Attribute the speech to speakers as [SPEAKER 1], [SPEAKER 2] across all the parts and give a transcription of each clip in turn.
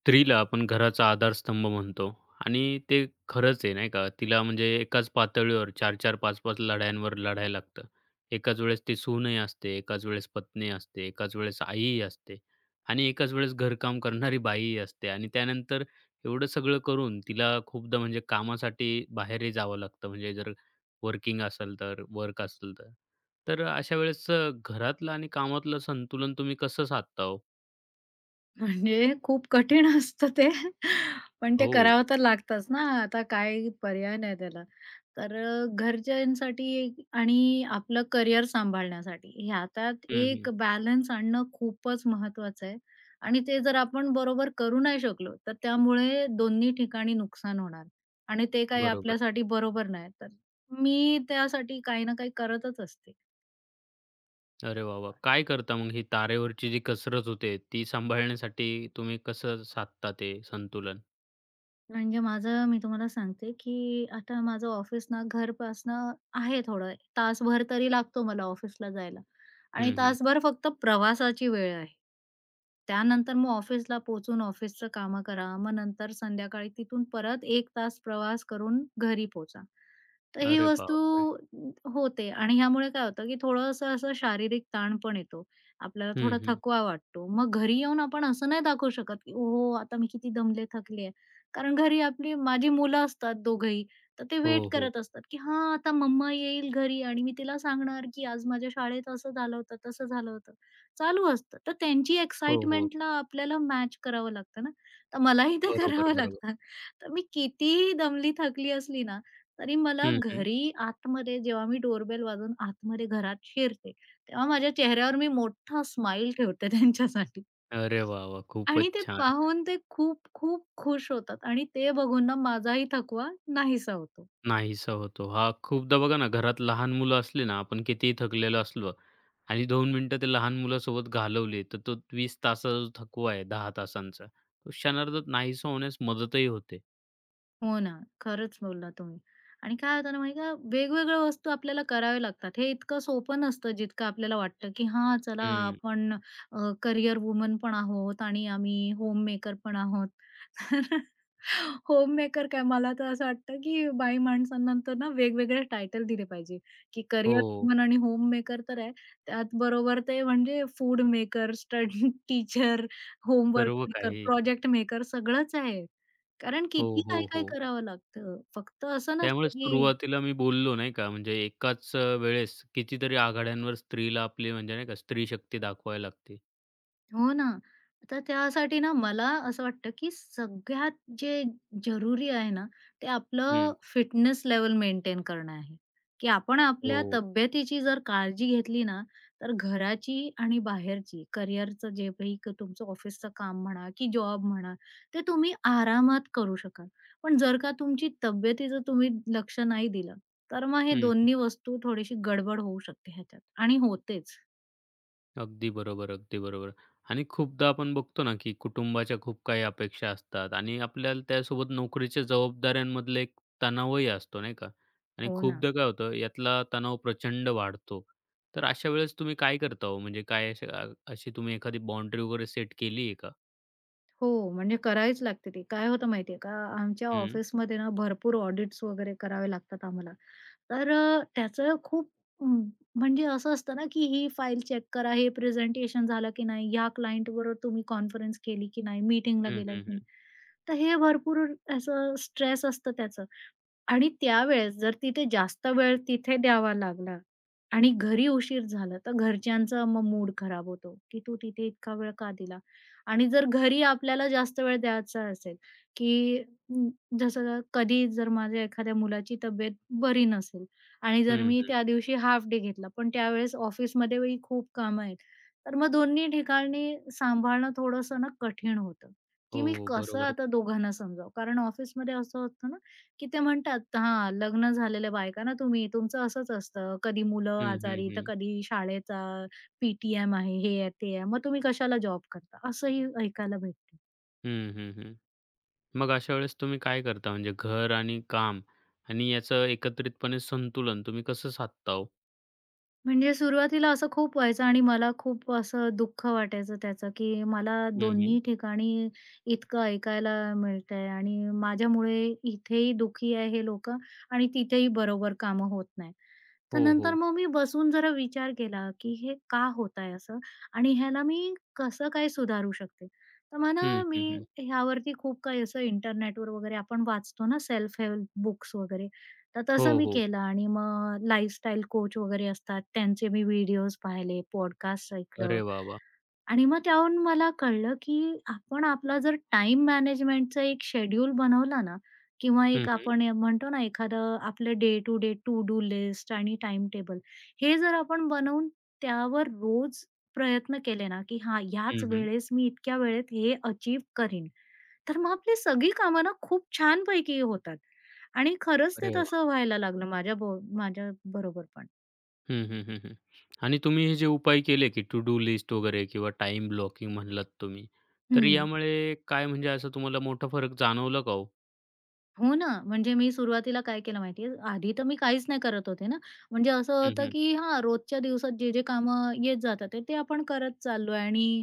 [SPEAKER 1] स्त्रीला आपण घराचा आधारस्तंभ म्हणतो आणि ते खरंच आहे नाही का? तिला म्हणजे एकाच पातळीवर 4-4, 5-5 लढ्यांवर लढायला लागतं. एकाच वेळेस ती सूनही असते, एकाच वेळेस पत्नी असते, एकाच वेळेस आईही असते आणि एकाच वेळेस घरकाम करणारी बाईही असते आणि त्यानंतर एवढं सगळं करून तिला खूपदा म्हणजे कामासाठी बाहेरही जावं लागतं. म्हणजे जर वर्किंग असेल तर, वर्क असेल तर. तर अशा वेळेस घरातलं आणि कामातलं संतुलन तुम्ही कसं साधता हो?
[SPEAKER 2] म्हणजे खूप कठीण असतं ते. पण ते
[SPEAKER 1] हो.
[SPEAKER 2] करावं तर लागतंच ना, आता काय पर्याय नाही त्याला. तर घरच्यांसाठी आणि आपलं करिअर सांभाळण्यासाठी ह्यात
[SPEAKER 1] हं, हं.
[SPEAKER 2] एक बॅलन्स आणणं खूपच महत्वाचं आहे आणि ते जर आपण बरोबर करू नाही शकलो, तर त्यामुळे दोन्ही ठिकाणी नुकसान होणार आणि ते काही
[SPEAKER 1] बरोबर.
[SPEAKER 2] आपल्यासाठी बरोबर नाही. तर मी त्यासाठी काही ना काही करतच असते.
[SPEAKER 1] अरे वाह, वाह! काय करता मग ही तारेवरची जी कसरत होते, ती सांभाळण्यासाठी तुम्ही कसं साधता ते संतुलन?
[SPEAKER 2] म्हणजे माझं मी तुम्हाला सांगते, की आता माझं ऑफिस ना घरपासनं आहे, थोडं तासभर तरी लागतो मला ऑफिसला जायला आणि
[SPEAKER 1] हं, हं.
[SPEAKER 2] तासभर फक्त प्रवासाची वेळ आहे. त्यानंतर मग ऑफिसला पोहोचून ऑफिसचं कामं करा. मग नंतर संध्याकाळी तिथून परत एक तास प्रवास करून घरी पोचा। तर ही
[SPEAKER 1] अरे
[SPEAKER 2] वस्तू
[SPEAKER 1] बापरे!
[SPEAKER 2] होते आणि ह्यामुळे काय होतं, की थोडंसं असं शारीरिक ताण पण येतो. आपल्याला
[SPEAKER 1] हं,
[SPEAKER 2] थोडा
[SPEAKER 1] हं.
[SPEAKER 2] थकवा वाटतो. मग घरी येऊन आपण असं नाही दाखवू शकत, की "ओहो, आता मी किती दमले, थकले आहे." कारण घरी आपली माझी मुलं असतात दोघंही. तर ते
[SPEAKER 1] हो,
[SPEAKER 2] वेट
[SPEAKER 1] हो.
[SPEAKER 2] करत असतात, की "हां, आता मम्मा येईल घरी आणि मी तिला सांगणार, की आज माझ्या शाळेत असं झालं होतं, तसं झालं होतं." चालू असतं. तर त्यांची
[SPEAKER 1] हो, हो.
[SPEAKER 2] एक्साइटमेंटला आपल्याला मॅच करावं लागतं ना, तर मलाही ते
[SPEAKER 1] बरोबर,
[SPEAKER 2] करावं
[SPEAKER 1] बरोबर.
[SPEAKER 2] लागतं. तर मी कितीही दमली थकली असली ना, तरी मला
[SPEAKER 1] हं, हं.
[SPEAKER 2] घरी आतमध्ये जेव्हा मी डोरबेल वाजवून आतमध्ये घरात शिरते, तेव्हा माझ्या चेहऱ्यावर मी मोठा स्माईल ठेवते त्यांच्यासाठी
[SPEAKER 1] अरे वाह, वाह!
[SPEAKER 2] आणि
[SPEAKER 1] खूपच
[SPEAKER 2] ते
[SPEAKER 1] छान.
[SPEAKER 2] पाहून ते खूप खूप खुश होतात आणि ते बघून ना माझाही थकवा नाहीसा होतो.
[SPEAKER 1] नाहीसा होतो. हा खूपदा बघा ना, घरात लहान मुलं असली ना, आपण कितीही थकलेलो असलो आणि 2 मिनिटं ते लहान मुलासोबत घालवली, तर तो 20 तासाचा जो थकवा आहे 10 तासांचा, तो क्षणार्धात नाहीसा होण्यास मदतही होते.
[SPEAKER 2] हो ना, खरंच बोलला तुम्ही. आणि काय होतं ना माहिती का, वेगवेगळ्या वस्तू आपल्याला कराव्या लागतात. हे इतकं सोपं नसतं जितकं आपल्याला वाटतं, की हां, चला
[SPEAKER 1] हं.
[SPEAKER 2] आपण करियर वुमन पण आहोत आणि आम्ही होममेकर पण आहोत. तर होममेकर काय, मला तर असं वाटतं, की बाई माणसांना तर ना वेगवेगळे टायटल दिले पाहिजे, की करियर
[SPEAKER 1] हो.
[SPEAKER 2] वुमन आणि होममेकर तर आहे. त्यात बरोबर ते म्हणजे food maker, study teacher, homework
[SPEAKER 1] सर्व
[SPEAKER 2] मेकर,
[SPEAKER 1] काही.
[SPEAKER 2] प्रोजेक्ट मेकर सगळंच आहे. कारण
[SPEAKER 1] हो,
[SPEAKER 2] किती
[SPEAKER 1] हो,
[SPEAKER 2] काय-काय
[SPEAKER 1] हो.
[SPEAKER 2] करावं लागतं. फक्त असं
[SPEAKER 1] त्यामुळे
[SPEAKER 2] नसतं, की
[SPEAKER 1] सुरुवातीला मी बोललो नाही का, म्हणजे एकाच वेळेस कितीतरी आघाड्यांवर स्त्रीला आपली म्हणजे नाही का स्त्री शक्ती दाखवायला लागते.
[SPEAKER 2] हो ना. तर त्यासाठी ना मला असं वाटतं, की सगळ्यात जे जरुरी आहे ना, ते आपलं
[SPEAKER 1] हं.
[SPEAKER 2] फिटनेस लेवल मेंटेन करणं आहे, की आपण
[SPEAKER 1] हो.
[SPEAKER 2] आपल्या तब्येतीची जर काळजी घेतली ना, तर घराची आणि बाहेरची करिअरचं जे काही तुमचं ऑफिसचं काम म्हणा, की जॉब म्हणा, ते तुम्ही आरामात करू शकाल. पण जर का तुमची तब्येतीचं तुम्ही लक्ष नाही दिलं, तर मग हे
[SPEAKER 1] हं, हं.
[SPEAKER 2] दोन्ही वस्तू थोडीशी गडबड होऊ शकते ह्याच्यात आणि होतेच.
[SPEAKER 1] अगदी बरोबर, अगदी बरोबर. आणि खूपदा आपण बघतो ना, की कुटुंबाच्या खूप काही अपेक्षा असतात आणि आपल्याला त्यासोबत नोकरीच्या जबाबदाऱ्यांमधला एक तणावही असतो नाही का? आणि
[SPEAKER 2] हो ना.
[SPEAKER 1] खूपदा काय होतं यातला तणाव प्रचंड वाढतो. तर अशा वेळेस तुम्ही काय करता हो? म्हणजे काय अशा अशी तुम्ही एखादी बाउंडरी वगैरे सेट केली आहे का?
[SPEAKER 2] हो, म्हणजे करावीच लागते ती. काय होतं माहिती आहे का, आमच्या
[SPEAKER 1] हं.
[SPEAKER 2] ऑफिसमध्ये ना भरपूर ऑडिट्स वगैरे करावे लागतात आम्हाला. तर त्याचं खूप अं, म्हणजे असं असतं ना, की ही फाईल चेक करा, हे प्रेझेंटेशन झालं की नाही, ह्या क्लायंटबरोबर तुम्ही कॉन्फरन्स केली की नाही, मीटिंगला
[SPEAKER 1] हं,
[SPEAKER 2] गेला
[SPEAKER 1] हं,
[SPEAKER 2] की नाही.
[SPEAKER 1] हं.
[SPEAKER 2] तर हे भरपूर असं स्ट्रेस असतं त्याचं. आणि त्यावेळेस जर तिथे जास्त वेळ तिथे द्यावा लागला आणि घरी उशीर झाला, तर घरच्यांचा मग मूड खराब होतो, की "तू तिथे इतका वेळ का दिला?" आणि जर घरी आपल्याला जास्त वेळ द्यायचा असेल, की अं, जसं कधी जर माझ्या एखाद्या मुलाची तब्येत बरी नसेल आणि जर मी
[SPEAKER 1] हं.
[SPEAKER 2] त्या दिवशी हाल्फ डे घेतला, पण त्यावेळेस ऑफिसमध्येही खूप कामं आहेत, तर मग दोन्ही ठिकाणी सांभाळणं थोडंसं ना कठीण होतं, की मी
[SPEAKER 1] हो,
[SPEAKER 2] कसं
[SPEAKER 1] बरोबर.
[SPEAKER 2] आता दोघांना समजावू? कारण ऑफिसमध्ये असं होतं ना, की ते म्हणतात हां, लग्न झालेल्या बायका ना तुम्ही, तुमचं असंच असतं. कधी मुलं
[SPEAKER 1] हं, हं,
[SPEAKER 2] आजारी, तर
[SPEAKER 1] हं.
[SPEAKER 2] कधी शाळेचा पी-टी-एम आहे, हे आहे, ते आहे. मग तुम्ही कशाला जॉब करता? असंही ऐकायला भेटतं.
[SPEAKER 1] हं, हं, हं. मग अशा वेळेस तुम्ही काय करता? म्हणजे घर आणि काम आणि याचं एकत्रितपणे संतुलन तुम्ही कसं साधता हो?
[SPEAKER 2] म्हणजे सुरुवातीला असं खूप व्हायचं आणि मला खूप असं दुःख वाटायचं त्याचं, की मला
[SPEAKER 1] हं, हं.
[SPEAKER 2] दोन्ही ठिकाणी इतकं ऐकायला मिळतंय आणि माझ्यामुळे इथेही दुखी आहे हे लोकं आणि तिथेही बरोबर कामं होत नाही. तर
[SPEAKER 1] हो,
[SPEAKER 2] नंतर
[SPEAKER 1] हो.
[SPEAKER 2] मग मी बसून जरा विचार केला, की हे का होत आहे असं? आणि ह्याला मी कसं काय सुधारू शकते? तर
[SPEAKER 1] हं,
[SPEAKER 2] म्हणा मी
[SPEAKER 1] हं, हं.
[SPEAKER 2] ह्यावरती खूप काही असं इंटरनेटवर वगैरे आपण वाचतो ना सेल्फ हेल्प बुक्स वगैरे, तर
[SPEAKER 1] हो,
[SPEAKER 2] तसं मी
[SPEAKER 1] हो.
[SPEAKER 2] केलं आणि मग लाईफस्टाईल कोच वगैरे असतात, त्यांचे मी व्हिडिओज पाहिले, पॉडकास्ट
[SPEAKER 1] अरे
[SPEAKER 2] ऐकलं
[SPEAKER 1] वाह, वाह!
[SPEAKER 2] आणि मग त्याहून मला कळलं, की आपण आपला जर टाईम मॅनेजमेंटचं एक शेड्यूल बनवला ना किंवा
[SPEAKER 1] हं,
[SPEAKER 2] एक
[SPEAKER 1] हं.
[SPEAKER 2] आपण म्हणतो ना एखादं आपलं day to day to do list आणि टाइम टेबल, हे जर आपण बनवून त्यावर रोज प्रयत्न केले ना, की हा
[SPEAKER 1] हं,
[SPEAKER 2] ह्याच
[SPEAKER 1] हं.
[SPEAKER 2] वेळेस मी इतक्या वेळेत हे अचीव करीन, तर मग आपली सगळी कामं ना खूप छानपैकी होतात आणि खरंच
[SPEAKER 1] अरे
[SPEAKER 2] ते
[SPEAKER 1] वाह!
[SPEAKER 2] तसं व्हायला लागलं माझ्या बरोबर पण.
[SPEAKER 1] हं, हं, हं, हं. आणि तुम्ही हे जे उपाय केले, की टू डू लिस्ट वगैरे किंवा टाईम ब्लॉकिंग म्हणलात तुम्ही, तर
[SPEAKER 2] हम्म.
[SPEAKER 1] यामुळे काय म्हणजे असं तुम्हाला मोठा फरक जाणवला का हो?
[SPEAKER 2] हो ना, म्हणजे मी सुरुवातीला काय केलं माहितीये, आधी तर मी काहीच नाही करत होते ना. म्हणजे असं
[SPEAKER 1] हं,
[SPEAKER 2] होतं,
[SPEAKER 1] हं.
[SPEAKER 2] की हा रोजच्या दिवसात जे जे कामं येत जातात आहे, ते आपण करत चाललोय आणि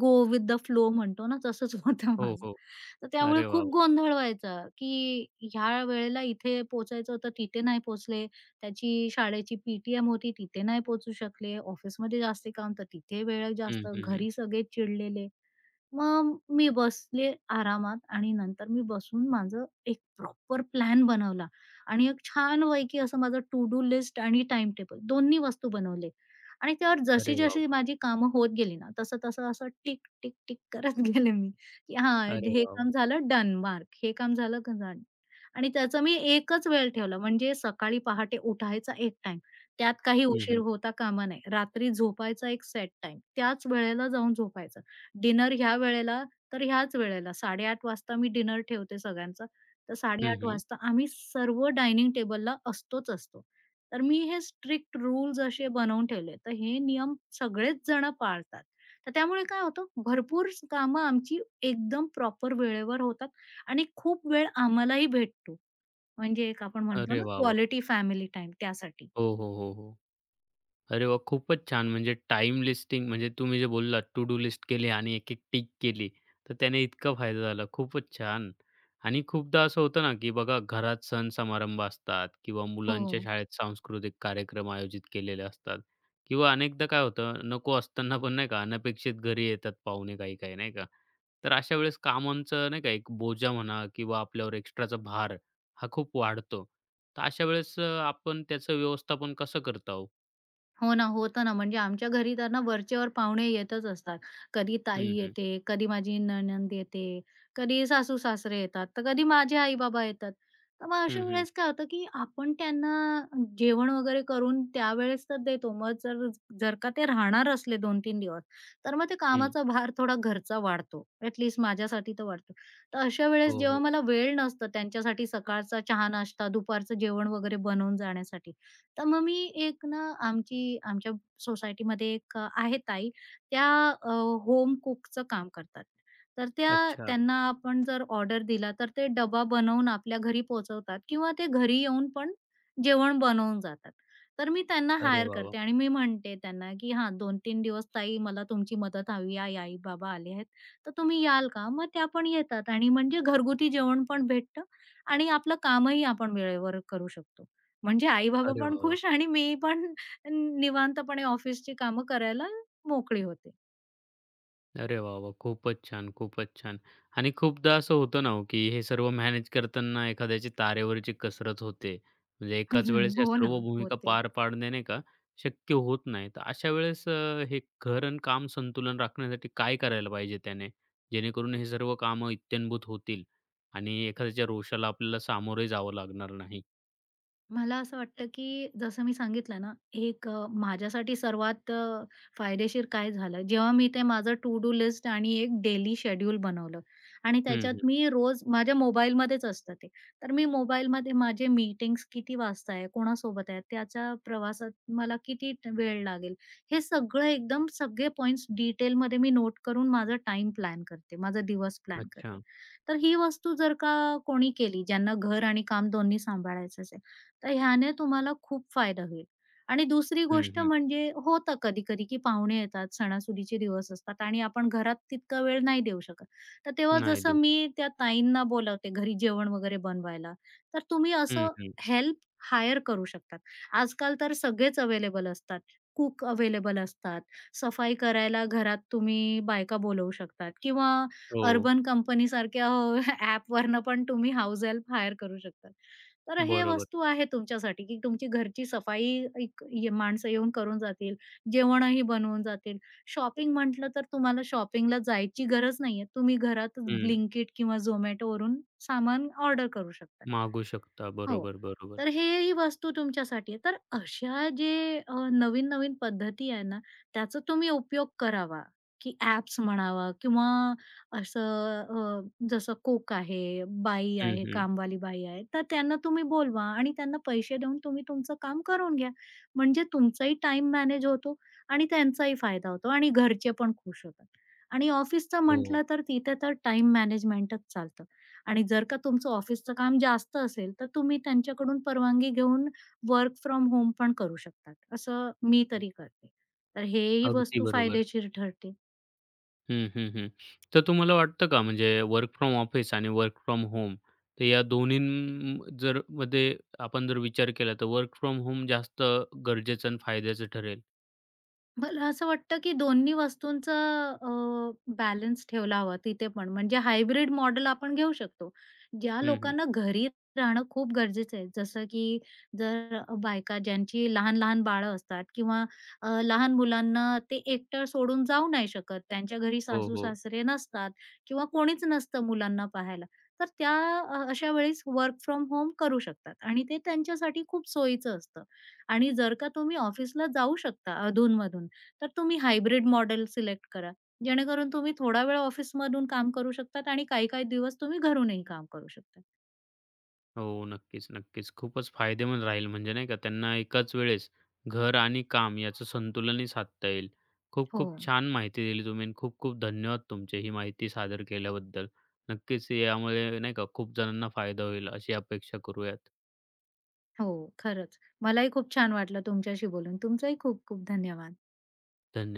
[SPEAKER 2] गो विथ द फ्लो म्हणतो ना, तसंच होतं
[SPEAKER 1] हो,
[SPEAKER 2] माझं.
[SPEAKER 1] हो.
[SPEAKER 2] तर त्यामुळे
[SPEAKER 1] अरे वाह,
[SPEAKER 2] खूप
[SPEAKER 1] वाह!
[SPEAKER 2] गोंधळ व्हायचा, की ह्या वेळेला इथे पोहोचायचं होतं, तिथे नाही पोहोचले. त्याची शाळेची पी होती, तिथे नाही पोहोचू शकले. ऑफिसमध्ये जास्त काम, तर तिथे वेळ
[SPEAKER 1] हं,
[SPEAKER 2] जास्त.
[SPEAKER 1] हं, हं.
[SPEAKER 2] घरी सगळे चिडलेले. मग मी बसले आरामात आणि नंतर मी बसून माझं एक प्रॉपर प्लॅन बनवला आणि एक छान छानपैकी असं माझं टू डू लिस्ट आणि टाईम टेबल दोन्ही वस्तू बनवले. आणि त्यावर जशी,
[SPEAKER 1] अरे वाह,
[SPEAKER 2] जशी
[SPEAKER 1] वाह!
[SPEAKER 2] माझी कामं होत गेली ना, तसं, तसं असं टिक, टिक, टिक करत गेले मी, की हां,
[SPEAKER 1] अरे
[SPEAKER 2] हे
[SPEAKER 1] वाह, वाह!
[SPEAKER 2] काम झालं डन मार्क, हे काम झालं का डन. आणि त्याचं मी एकच वेळ ठेवला, म्हणजे सकाळी पहाटे उठायचा एक टाईम, त्यात काही
[SPEAKER 1] हं,
[SPEAKER 2] उशीर
[SPEAKER 1] हं.
[SPEAKER 2] होता कामा नये. रात्री झोपायचा एक सेट टाईम, त्याच वेळेला जाऊन झोपायचं. डिनर ह्या वेळेला, तर ह्याच वेळेला 8:30 वाजता मी डिनर ठेवते सगळ्यांचा. तर
[SPEAKER 1] हं,
[SPEAKER 2] 8:30
[SPEAKER 1] हं.
[SPEAKER 2] वाजता आम्ही सर्व डायनिंग टेबलला असतोच असतो. तर मी हे स्ट्रिक्ट रूल्स असे बनवून ठेवले. तर हे नियम सगळेच जण पाळतात. तर त्यामुळे काय होतं, भरपूर कामं आमची एकदम प्रॉपर वेळेवर होतात आणि खूप वेळ आम्हालाही भेटतो. म्हणजे एक आपण म्हणतो
[SPEAKER 1] अरे
[SPEAKER 2] ना
[SPEAKER 1] वाह, वाह!
[SPEAKER 2] क्वालिटी फॅमिली टाईम त्यासाठी.
[SPEAKER 1] हो, हो, हो, हो. अरे वाह! खूपच छान. म्हणजे टाईम लिस्टिंग म्हणजे तुम्ही जे बोललात टू डू लिस्ट केली आणि एक-एक टिक केली, तर त्याने इतका फायदा झाला. खूपच छान. आणि खूपदा असं होतं ना, की बघा घरात सण समारंभ असतात किंवा मुलांच्या
[SPEAKER 2] हो.
[SPEAKER 1] शाळेत सांस्कृतिक कार्यक्रम आयोजित केलेले असतात किंवा अनेकदा काय होतं, नको असताना पण नाही का अनपेक्षित घरी येतात पाहुणे काही-काही नाही का? तर अशा वेळेस कामांचं नाही का एक बोजा म्हणा किंवा आपल्यावर एक्स्ट्राचा भार हा खूप वाढतो. तर अशा वेळेस आपण त्याचं व्यवस्थापन कसं करता हो?
[SPEAKER 2] हो ना, होतं ना. म्हणजे आमच्या घरी तर ना वरचेवर पाहुणे येतच असतात. कधी ताई
[SPEAKER 1] हं, हं.
[SPEAKER 2] येते, कधी माझी नणंद येते, कधी सासू-सासरे येतात, तर कधी माझे आई-बाबा येतात. तर मग
[SPEAKER 1] हं,
[SPEAKER 2] अशा
[SPEAKER 1] हं,
[SPEAKER 2] वेळेस काय होतं, की आपण त्यांना जेवण वगैरे करून त्यावेळेस तर देतो. मग जर जर का ते राहणार असले 2-3 दिवस, तर मग ते
[SPEAKER 1] हं.
[SPEAKER 2] कामाचा भार थोडा घरचा वाढतो. ॲट माझ्यासाठी तर वाढतो. तर अशा वेळेस
[SPEAKER 1] हो,
[SPEAKER 2] जेव्हा
[SPEAKER 1] हो.
[SPEAKER 2] मला वेळ नसतं त्यांच्यासाठी सकाळचा चहा-नाश्ता, दुपारचं जेवण वगैरे बनवून जाण्यासाठी, तर मग मी एक ना आमच्या सोसायटीमध्ये एक आहेत ताई, त्या होम कुकचं काम करतात. तर
[SPEAKER 1] अच्छा.
[SPEAKER 2] त्यांना आपण जर ऑर्डर दिला, तर ते डबा बनवून आपल्या घरी पोहोचवतात किंवा ते घरी येऊन पण जेवण बनवून जातात. तर मी त्यांना
[SPEAKER 1] अरे
[SPEAKER 2] हायर
[SPEAKER 1] वाह, वाह!
[SPEAKER 2] करते आणि मी म्हणते त्यांना, की "हां, 2-3 दिवस ताई मला तुमची मदत हवी आहे. आई-बाबा आले आहेत, तर तुम्ही याल का?" मग त्या पण येतात आणि म्हणजे घरगुती जेवण पण भेटतं आणि आपलं कामही आपण वेळेवर करू शकतो. म्हणजे आई-बाबा
[SPEAKER 1] अरे
[SPEAKER 2] पण
[SPEAKER 1] वाह, वाह!
[SPEAKER 2] खुश आणि मी पण निवांतपणे ऑफिसची कामं करायला मोकळी होते.
[SPEAKER 1] अरे वाह, वाह! खूपच छान, खूपच छान. आणि खूपदा असं होतं ना हो, की हे सर्व मॅनेज करताना एखाद्याची तारेवरची कसरत होते. म्हणजे एकाच वेळेस या
[SPEAKER 2] हो ना,
[SPEAKER 1] सर्व भूमिका
[SPEAKER 2] होते.
[SPEAKER 1] पार पाडणे नाही का शक्य होत नाही. तर अशा वेळेस हे घर आणि काम संतुलन राखण्यासाठी काय करायला पाहिजे त्याने? जेणेकरून हे सर्व कामं इत्याभूत होतील आणि एखाद्याच्या रोषाला आपल्याला सामोरे जावं लागणार नाही.
[SPEAKER 2] मला असं वाटतं, की जसं मी सांगितलं ना, एक माझ्यासाठी सर्वात फायदेशीर काय झालं, जेव्हा मी ते माझं टू डू लिस्ट आणि एक डेली शेड्यूल बनवलं आणि
[SPEAKER 1] हं, हं.
[SPEAKER 2] त्याच्यात मी रोज माझ्या मोबाईलमध्येच असतं ते. तर मी मोबाईलमध्ये माझे मीटिंग्स किती वाजता आहे, कोणासोबत आहे, त्याच्या प्रवासात मला किती वेळ लागेल, हे सगळं एकदम सगळे पॉइंट्स डिटेलमध्ये मी नोट करून माझा टाईम प्लॅन करते, माझा दिवस प्लॅन करते.
[SPEAKER 1] अच्छा.
[SPEAKER 2] तर ही वस्तू जर का कोणी केली, ज्यांना घर आणि काम दोन्ही सांभाळायचंच आहे, तर ह्याने तुम्हाला खूप फायदा होईल. आणि दुसरी
[SPEAKER 1] हं,
[SPEAKER 2] गोष्ट
[SPEAKER 1] हं.
[SPEAKER 2] म्हणजे होतं कधी-कधी, की पाहुणे येतात, सणासुदीचे दिवस असतात आणि आपण घरात तितका वेळ नाही देऊ शकत. तर तेव्हा
[SPEAKER 1] नाही
[SPEAKER 2] जसं
[SPEAKER 1] देऊ.
[SPEAKER 2] मी त्या ताईंना बोलावते घरी जेवण वगैरे बनवायला, तर तुम्ही
[SPEAKER 1] हं,
[SPEAKER 2] असं
[SPEAKER 1] हं.
[SPEAKER 2] हेल्प हायर करू शकतात. आजकाल तर सगळेच अवेलेबल असतात. कूक अवेलेबल असतात. सफाई करायला घरात तुम्ही बायका बोलवू शकतात किंवा
[SPEAKER 1] हो.
[SPEAKER 2] अर्बन कंपनीसारख्या ॲपवरनं पण तुम्ही हाउस हेल्प हायर करू शकता. तर हे
[SPEAKER 1] बरोबर.
[SPEAKER 2] वस्तू आहे तुमच्यासाठी, की तुमची घरची सफाई एक ये माणसं येऊन करून जातील, जेवणही बनवून जातील. शॉपिंग म्हटलं तर तुम्हाला शॉपिंगला जायची गरज नाहीये. तुम्ही घरातच
[SPEAKER 1] हं.
[SPEAKER 2] Blinkit किंवा Zomatoवरून सामान ऑर्डर करू शकता.
[SPEAKER 1] मागू शकता.
[SPEAKER 2] हो.
[SPEAKER 1] बरोबर, बरोबर.
[SPEAKER 2] तर हेही वस्तू तुमच्यासाठी आहे. तर अशा जे अ, नवीन-नवीन पद्धती आहे ना, त्याचा तुम्ही उपयोग करावा, की ॲप्स म्हणावा किंवा असं अ, जसं कूक आहे, बाई
[SPEAKER 1] हं,
[SPEAKER 2] आहे,
[SPEAKER 1] हं.
[SPEAKER 2] कामवाली बाई आहे, तर त्यांना तुम्ही बोलवा आणि त्यांना पैसे देऊन तुम्ही तुमचं काम करून घ्या. म्हणजे तुमचाही टाईम मॅनेज होतो आणि त्यांचाही फायदा होतो आणि घरचे पण खुश होतात. आणि ऑफिसचं
[SPEAKER 1] हो.
[SPEAKER 2] म्हटलं तर तिथे तर टाईम मॅनेजमेंटच चालतं. आणि जर का तुमचं ऑफिसचं काम जास्त असेल, तर तुम्ही त्यांच्याकडून परवानगी घेऊन वर्क फ्रॉम होम पण करू शकतात. असं मी तरी करते. तर हेही
[SPEAKER 1] अगदी
[SPEAKER 2] वस्तू
[SPEAKER 1] बरोबर.
[SPEAKER 2] फायदेशीर ठरते.
[SPEAKER 1] हं, हं, हं. तर तुम्हाला वाटतं का म्हणजे वर्क फ्रॉम ऑफिस आणि वर्क फ्रॉम होम तर या दोन्ही जर मध्ये आपण जर विचार केला तर वर्क फ्रॉम होम जास्त गरजेचं आणि फायद्याचं ठरेल?
[SPEAKER 2] मला असं वाटतं, की दोन्ही वस्तूंचा अ, बॅलन्स ठेवला हवा तिथे पण. म्हणजे हायब्रिड मॉडेल आपण घेऊ शकतो. ज्या
[SPEAKER 1] हं, हं.
[SPEAKER 2] लोकांना घरी राहणं खूप गरजेचं आहे. जसं की जर बायका ज्यांची लहान-लहान बाळं असतात किंवा लहान मुलांना ते एकटं सोडून जाऊ नाही शकत. त्यांच्या घरी
[SPEAKER 1] हो, हो.
[SPEAKER 2] सासू-सासरे नसतात किंवा कोणीच नसतं मुलांना पाहायला. तर अशा वेळेस वर्क फ्रॉम होम करू शकतात आणि ते त्यांच्यासाठी खूप सोयीचं असतं. आणि जर का तुम्ही ऑफिसला जाऊ शकता अधून, तर तुम्ही हायब्रिड मॉडेल सिलेक्ट करा. जेणेकरून तुम्ही थोडा वेळ ऑफिसमधून काम करू शकतात आणि काही-काही दिवस तुम्ही घरूनही काम करू शकता.
[SPEAKER 1] हो, नक्कीच, नक्कीच. खूपच फायदेमंद राहील म्हणजे नाही का, त्यांना एकाच वेळेस घर आणि काम याचं संतुलनही साधता येईल.
[SPEAKER 2] हो,
[SPEAKER 1] खूप-खूप छान माहिती दिली तुम्ही आणि खूप-खूप धन्यवाद तुमचे ही माहिती सादर केल्याबद्दल. नक्कीच यामुळे नाही का खूप जणांना फायदा होईल अशी अपेक्षा करूयात.
[SPEAKER 2] हो. खरंच. मलाही खूप छान वाटलं तुमच्याशी बोलून. तुमचंही खूप खूप धन्यवाद.
[SPEAKER 1] धन्य